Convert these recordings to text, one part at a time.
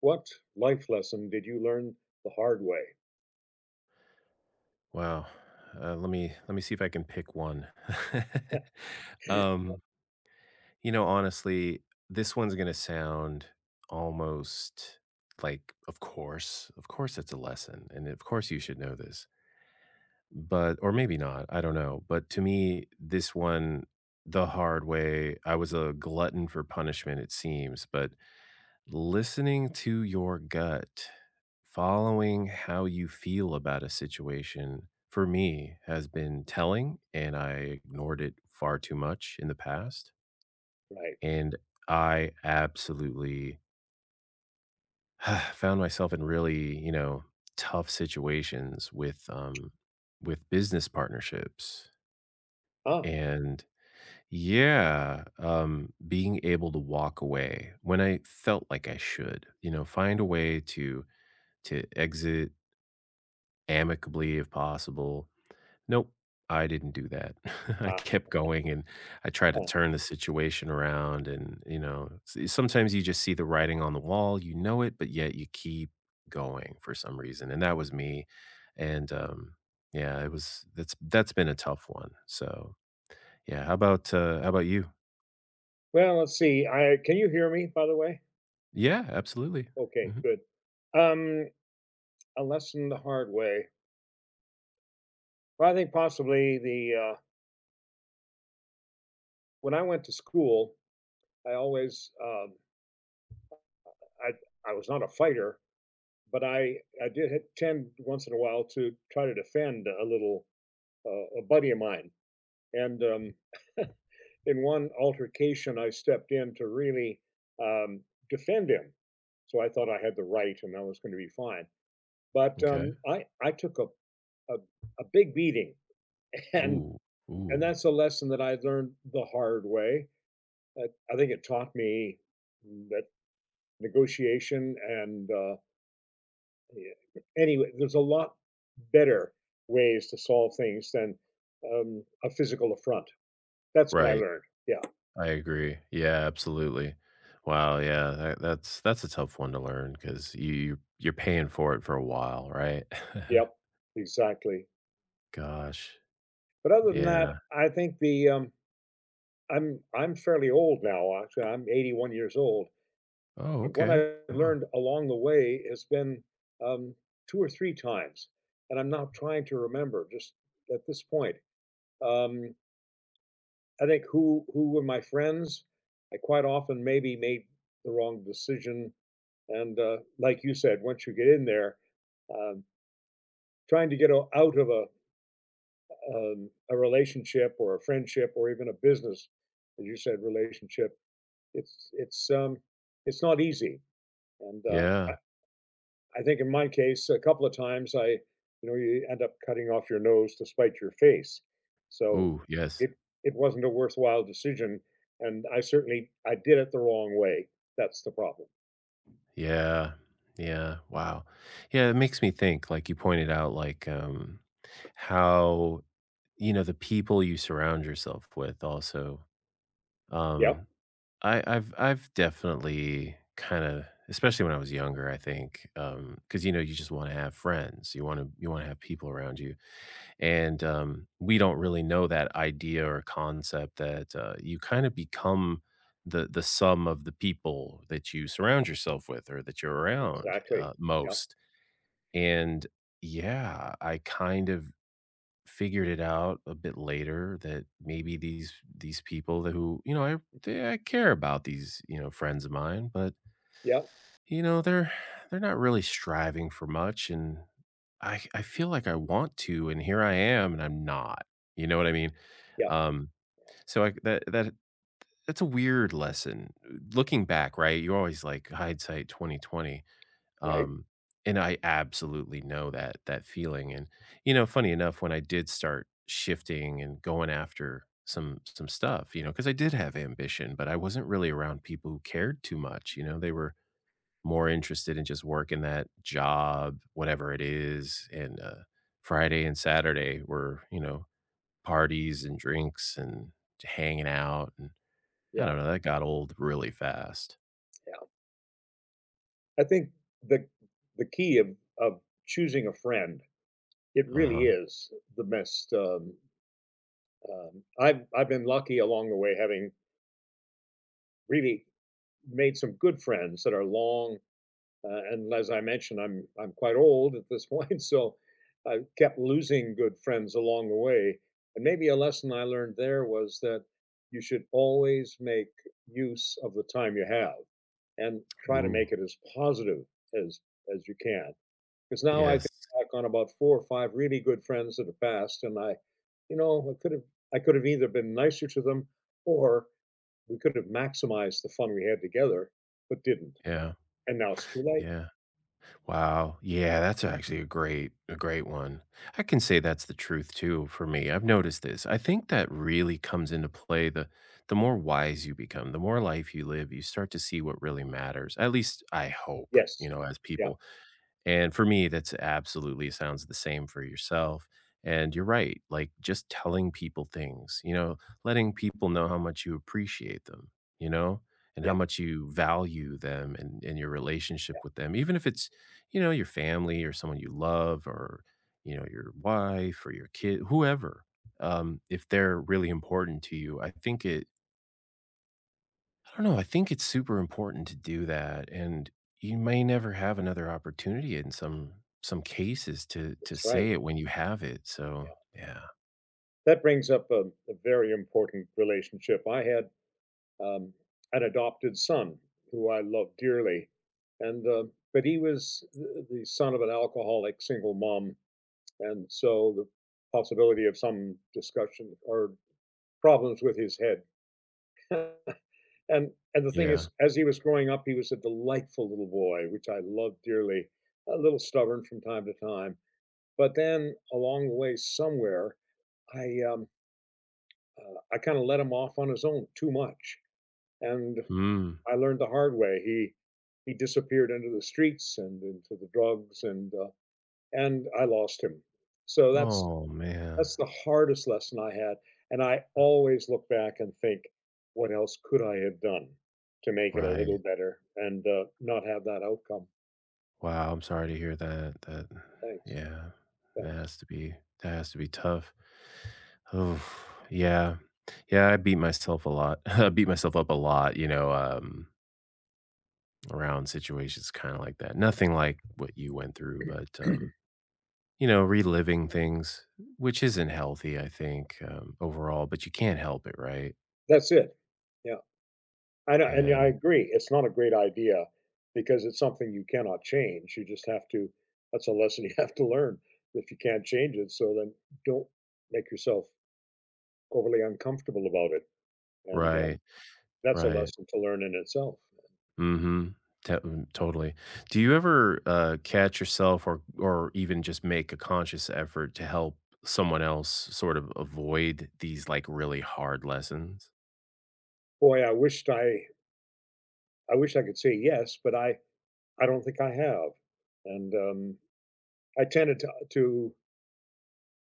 What life lesson did you learn the hard way? Wow. Let me see if I can pick one. um, you know, honestly, this one's gonna sound almost like, of course, it's a lesson, and of course, you should know this. But or maybe not. I don't know. But to me, this one, the hard way. I was a glutton for punishment, it seems, but listening to your gut, following how you feel about a situation, for me, has been telling, and I ignored it far too much in the past. Right. And I absolutely found myself in really, you know, tough situations with business partnerships. Ah, And yeah, being able to walk away when I felt like I should, you know, find a way to exit amicably if possible. Nope, I didn't do that. I ah, kept going and I tried to ah. turn the situation around. And, you know, sometimes you just see the writing on the wall, you know it, but yet you keep going for some reason. And that was me. And, yeah, it was that's been a tough one. So yeah, how about you? Well, let's see. I can you hear me, by the way? Yeah, absolutely. Okay, Hmm. good. Um, a lesson the hard way. Well, I think possibly the when I went to school, I always um, I I was not a fighter, but I did tend once in a while to try to defend a little a buddy of mine, and in one altercation, I stepped in to really um, defend him. So I thought I had the right and that was going to be fine. But Okay. I took a, a big beating. And, Ooh, and ooh, that's a lesson that I learned the hard way. I think it taught me that negotiation, and there's a lot better ways to solve things than a physical affront. That's what I right. learned. Yeah. I agree. Yeah, absolutely. Wow, yeah, that's a tough one to learn because you're paying for it for a while, right? Yep. Exactly. Gosh, But other than that, yeah. I think the, I'm fairly old now, actually, I'm 81 years old, Oh, but what okay. I have Wow. learned along the way has been, um, 2 or 3 times, and I'm not trying to remember just at this point. Um, I think who were my friends? I quite often maybe made the wrong decision, and, like you said, once you get in there, um, trying to get o out of a relationship or a friendship or even a business, as you said, relationship, it's it's not easy, and, uh, Yeah. I I think in my case, a couple of times I you know, you end up cutting off your nose to spite your face. So, Ooh, yes. it it wasn't a worthwhile decision, and I certainly I did it the wrong way. That's the problem. Yeah. Yeah. Wow. Yeah, it makes me think, like you pointed out, like how, you know, the people you surround yourself with also Yeah, um I've definitely kinda especially when I was younger, I think, because you know, you just wanna have friends, you wanna have people around you, and, we don't really know that idea or concept that, you kinda become the sum of the people that you surround yourself with or that you're around, exactly. Yeah, most, and, yeah, I kind of figured it out a bit later that maybe these people that who you know I they, I care about these, you know, friends of mine, but yeah, you know they're not really striving for much, and I feel like I want to, and here I am, and I'm not. You know what I mean? yeah. Um, so I, that that that's a weird lesson. Looking back, right? You're always like hindsight 2020. Right, Um, and I absolutely know that that feeling. And you know, funny enough, when I did start shifting and going after some stuff, you know, because I did have ambition, but I wasn't really around people who cared too much. You know, they were more interested in just working that job, whatever it is. And Friday and Saturday were, you know, parties and drinks and hanging out. And I yeah, don't know, that got old really fast. yeah. I think the the key of choosing a friend, it Uh really huh. is the best, I've been lucky along the way having really made some good friends that are long. And as I mentioned, I'm quite old at this point, so I kept losing good friends along the way. And maybe a lesson I learned there was that you should always make use of the time you have and try to Ooh. make it as positive as as you can. Because now I think Yes. back on about four or five really good friends that have passed, and you know, I could have either been nicer to them or we could have maximized the fun we had together, but didn't. Yeah. And now it's too late. Yeah. Wow. Yeah, that's actually a great one. I can say that's the truth too for me. I've noticed this. I think that really comes into play the more wise you become, the more life you live, you start to see what really matters. At least I hope, you Yes. know, as Yeah, people. And for me, that's absolutely sounds the same for yourself. And you're right, like just telling people things, you know, letting people know how much you appreciate them, you know, and how yeah, much you value them and your relationship with them, even if it's, you know, your family or someone you love or, you know, your wife or your kid, whoever. If they're really important to you, I think it I don't know. I think it's super important to do that, and you may never have another opportunity in some cases to that's right. say it when you have it. So Yeah. yeah, That brings up a very important relationship. I had um, an adopted son who I love dearly, and but he was the son of an alcoholic single mom, and so the possibility of some discussion or problems with his head and the thing yeah. is, as he was growing up, he was a delightful little boy, which I loved dearly. A little stubborn from time to time, but then along the way, somewhere, I um, I kind of let him off on his own too much, and Hmm. I learned the hard way. He disappeared into the streets and into the drugs, and I lost him. So Oh man. that's the hardest lesson I had, and I always look back and think, "What else could I have done to make it a little Right. better and, not have that outcome? Wow. I'm sorry to hear that. That. Thanks, Yeah. That thanks." has to be. That has to be tough. Oh yeah. Yeah. I beat myself a lot. I beat myself up a lot. You know. Around situations kind of like that. Nothing like what you went through, but you know, reliving things, which isn't healthy, I think, overall, but you can't help it, right? That's it. Yeah, I know, and yeah, I Yeah. agree, it's not a great idea because it's something you cannot change, you just have to that's a lesson you have to learn. If you can't change it, so then don't make yourself overly uncomfortable about it, and, Right. that's a Right. lesson to learn in itself. Mhm. Totally. Do you ever, catch yourself or even just make a conscious effort to help someone else sort of avoid these, like, really hard lessons? Boy, I I wish I could say yes, but I don't think I have. And I tended to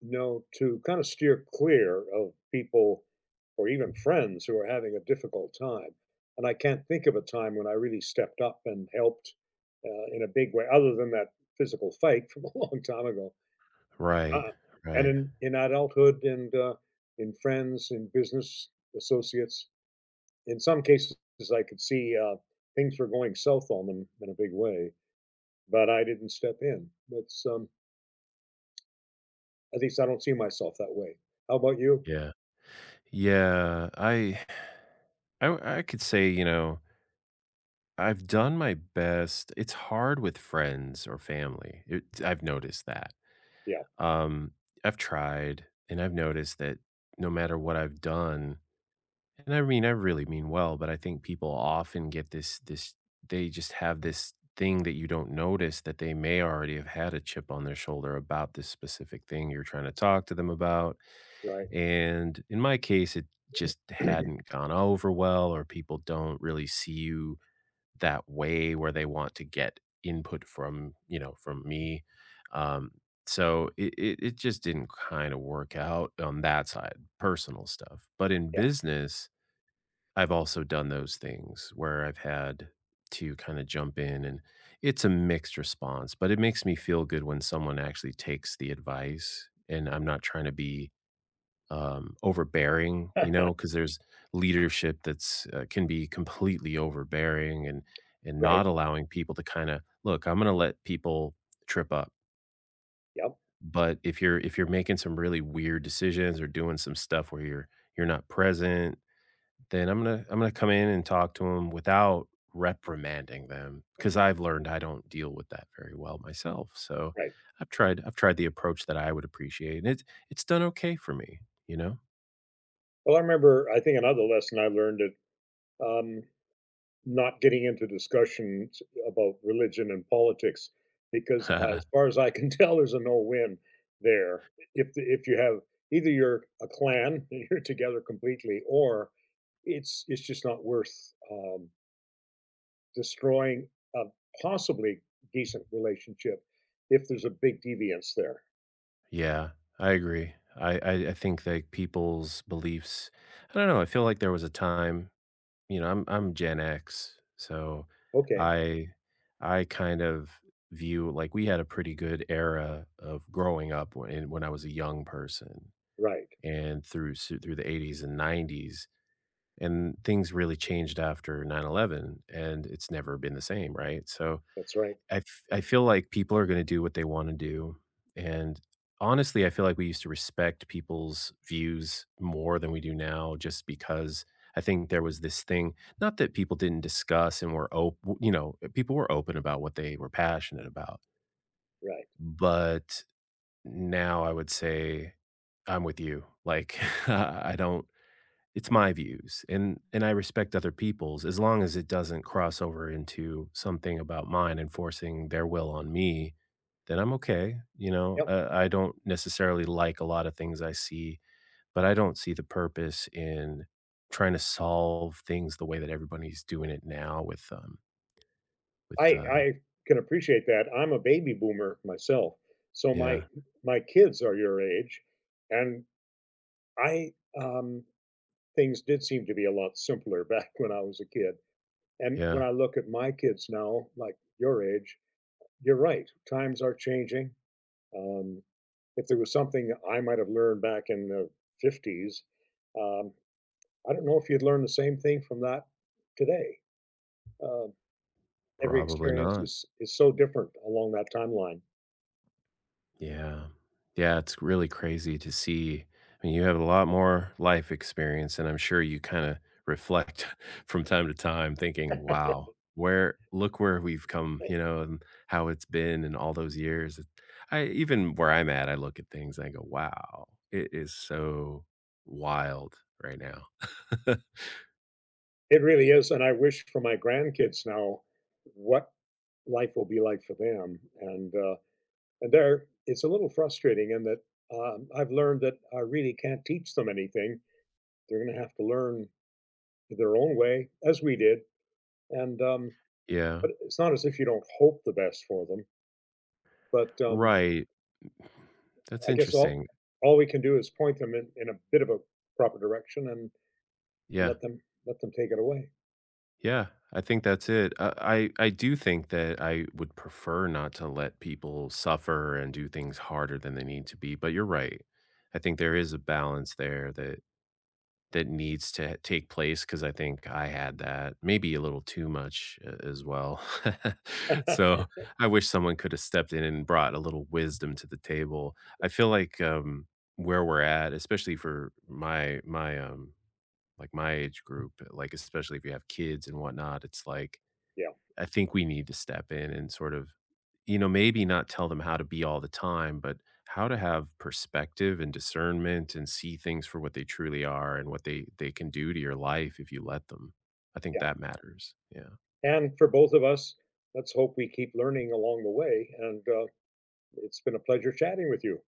you know to kind of steer clear of people or even friends who are having a difficult time. And I can't think of a time when I really stepped up and helped in a big way, other than that physical fight from a long time ago. Right. Uh, and Right. In adulthood and in friends, in business associates, in some cases, I could see things were going south on them in a big way but I didn't step in. That's at least I don't see myself that way. How about you? Yeah. Yeah. I I could say, you know, I've done my best. It's hard with friends or family. It I've noticed that. Yeah, Um, I've tried and I've noticed that no matter what I've done, and I mean I really mean well, but I think people often get this, they just have this thing that you don't notice that they may already have had a chip on their shoulder about this specific thing you're trying to talk to them about. right. And in my case it just hadn't gone over well, or people don't really see you that way where they want to get input from, you know, from me, um so it just didn't kind of work out on that side personal stuff, but in Yeah, business I've also done those things where I've had to kind of jump in and it's a mixed response, but it makes me feel good when someone actually takes the advice. And I'm not trying to be overbearing, you know, because there's leadership that's can be completely overbearing and right. not allowing people to kind of look. I'm going to let people trip up, Yep, but if you're making some really weird decisions or doing some stuff where you're not present, then I'm gonna come in and talk to them without reprimanding them because I've learned I don't deal with that very well myself. So right. I've tried the approach that I would appreciate, and it's done okay for me, you know. Well, I remember. I think another lesson I learned is um, not getting into discussions about religion and politics, because I, as far as I can tell, there's a no-win there. If if you have either you're a clan and you're together completely, or it's just not worth destroying a possibly decent relationship if there's a big deviance there. Yeah, I agree. I think that people's beliefs. I don't know. I feel like there was a time. You know, I'm Gen X, so Okay, I I kind of view like we had a pretty good era of growing up when I was a young person, right. and through through the 80s and 90s, and things really changed after 9/11, and it's never been the same, right? So That's right. I feel like people are gonna do what they wanna do, and honestly, I feel like we used to respect people's views more than we do now just because I think there was this thing, not that people didn't discuss and were open, you know, people were open about what they were passionate about, Right. but now I would say I'm with you, like, I don't, it's my views, and I respect other people's as long as it doesn't cross over into something about mine and forcing their will on me, then I'm okay, you know? Yep. I don't necessarily like a lot of things I see, but I don't see the purpose in trying to solve things the way that everybody's doing it now with, um, with, uh I can appreciate that. I'm a baby boomer myself, so yeah, my kids are your age, and I um, things did seem to be a lot simpler back when I was a kid. And when yeah, I look at my kids now, like your age, you're right. Times are changing. Um, if there was something I might have learned back in the 50s, um, I don't know if you'd learn the same thing from that today. Um, every probably experience not. Is so different along that timeline. Yeah. Yeah, it's really crazy to see. I mean, you have a lot more life experience, and I'm sure you kinda reflect from time to time thinking, "Wow, where look where we've come," It you know, and how it's been in all those years. It I even where I'm at, I look at things and I go, "Wow, it is so wild right now." it really is, and I wish for my grandkids now what life will be like for them. And there, it's a little frustrating in that I've learned that I really can't teach them anything. They're going to have to learn their own way, as we did. And Yeah. but it's not as if you don't hope the best for them. But Right. That's I guess interesting. all we can do is point them in a bit of a proper direction and Yeah. let them let them take it away. Yeah, I think that's it. I do think that I would prefer not to let people suffer and do things harder than they need to be, but you're right. I think there is a balance there that needs to take place because I think I had that maybe a little too much as well. So I wish someone could have stepped in and brought a little wisdom to the table. I feel like where we're at, especially for my like my age group, like especially if you have kids and whatnot, it's like Yeah, I think we need to step in and sort of, you know, maybe not tell them how to be all the time, but how to have perspective and discernment and see things for what they truly are and what they can do to your life if you let them. I think yeah. that matters. Yeah. And for both of us, let's hope we keep learning along the way. And it's been a pleasure chatting with you.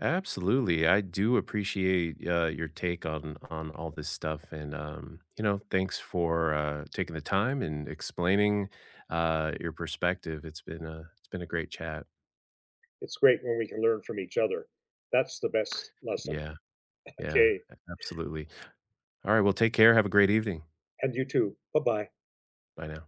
Absolutely. I do appreciate your take on all this stuff and you know, thanks for taking the time and explaining your perspective. It's been a great chat. It's great when we can learn from each other. That's the best lesson. Yeah. Yeah. Okay. Absolutely. Alright, well, take care, have a great evening. And you too. Bye bye. Bye now.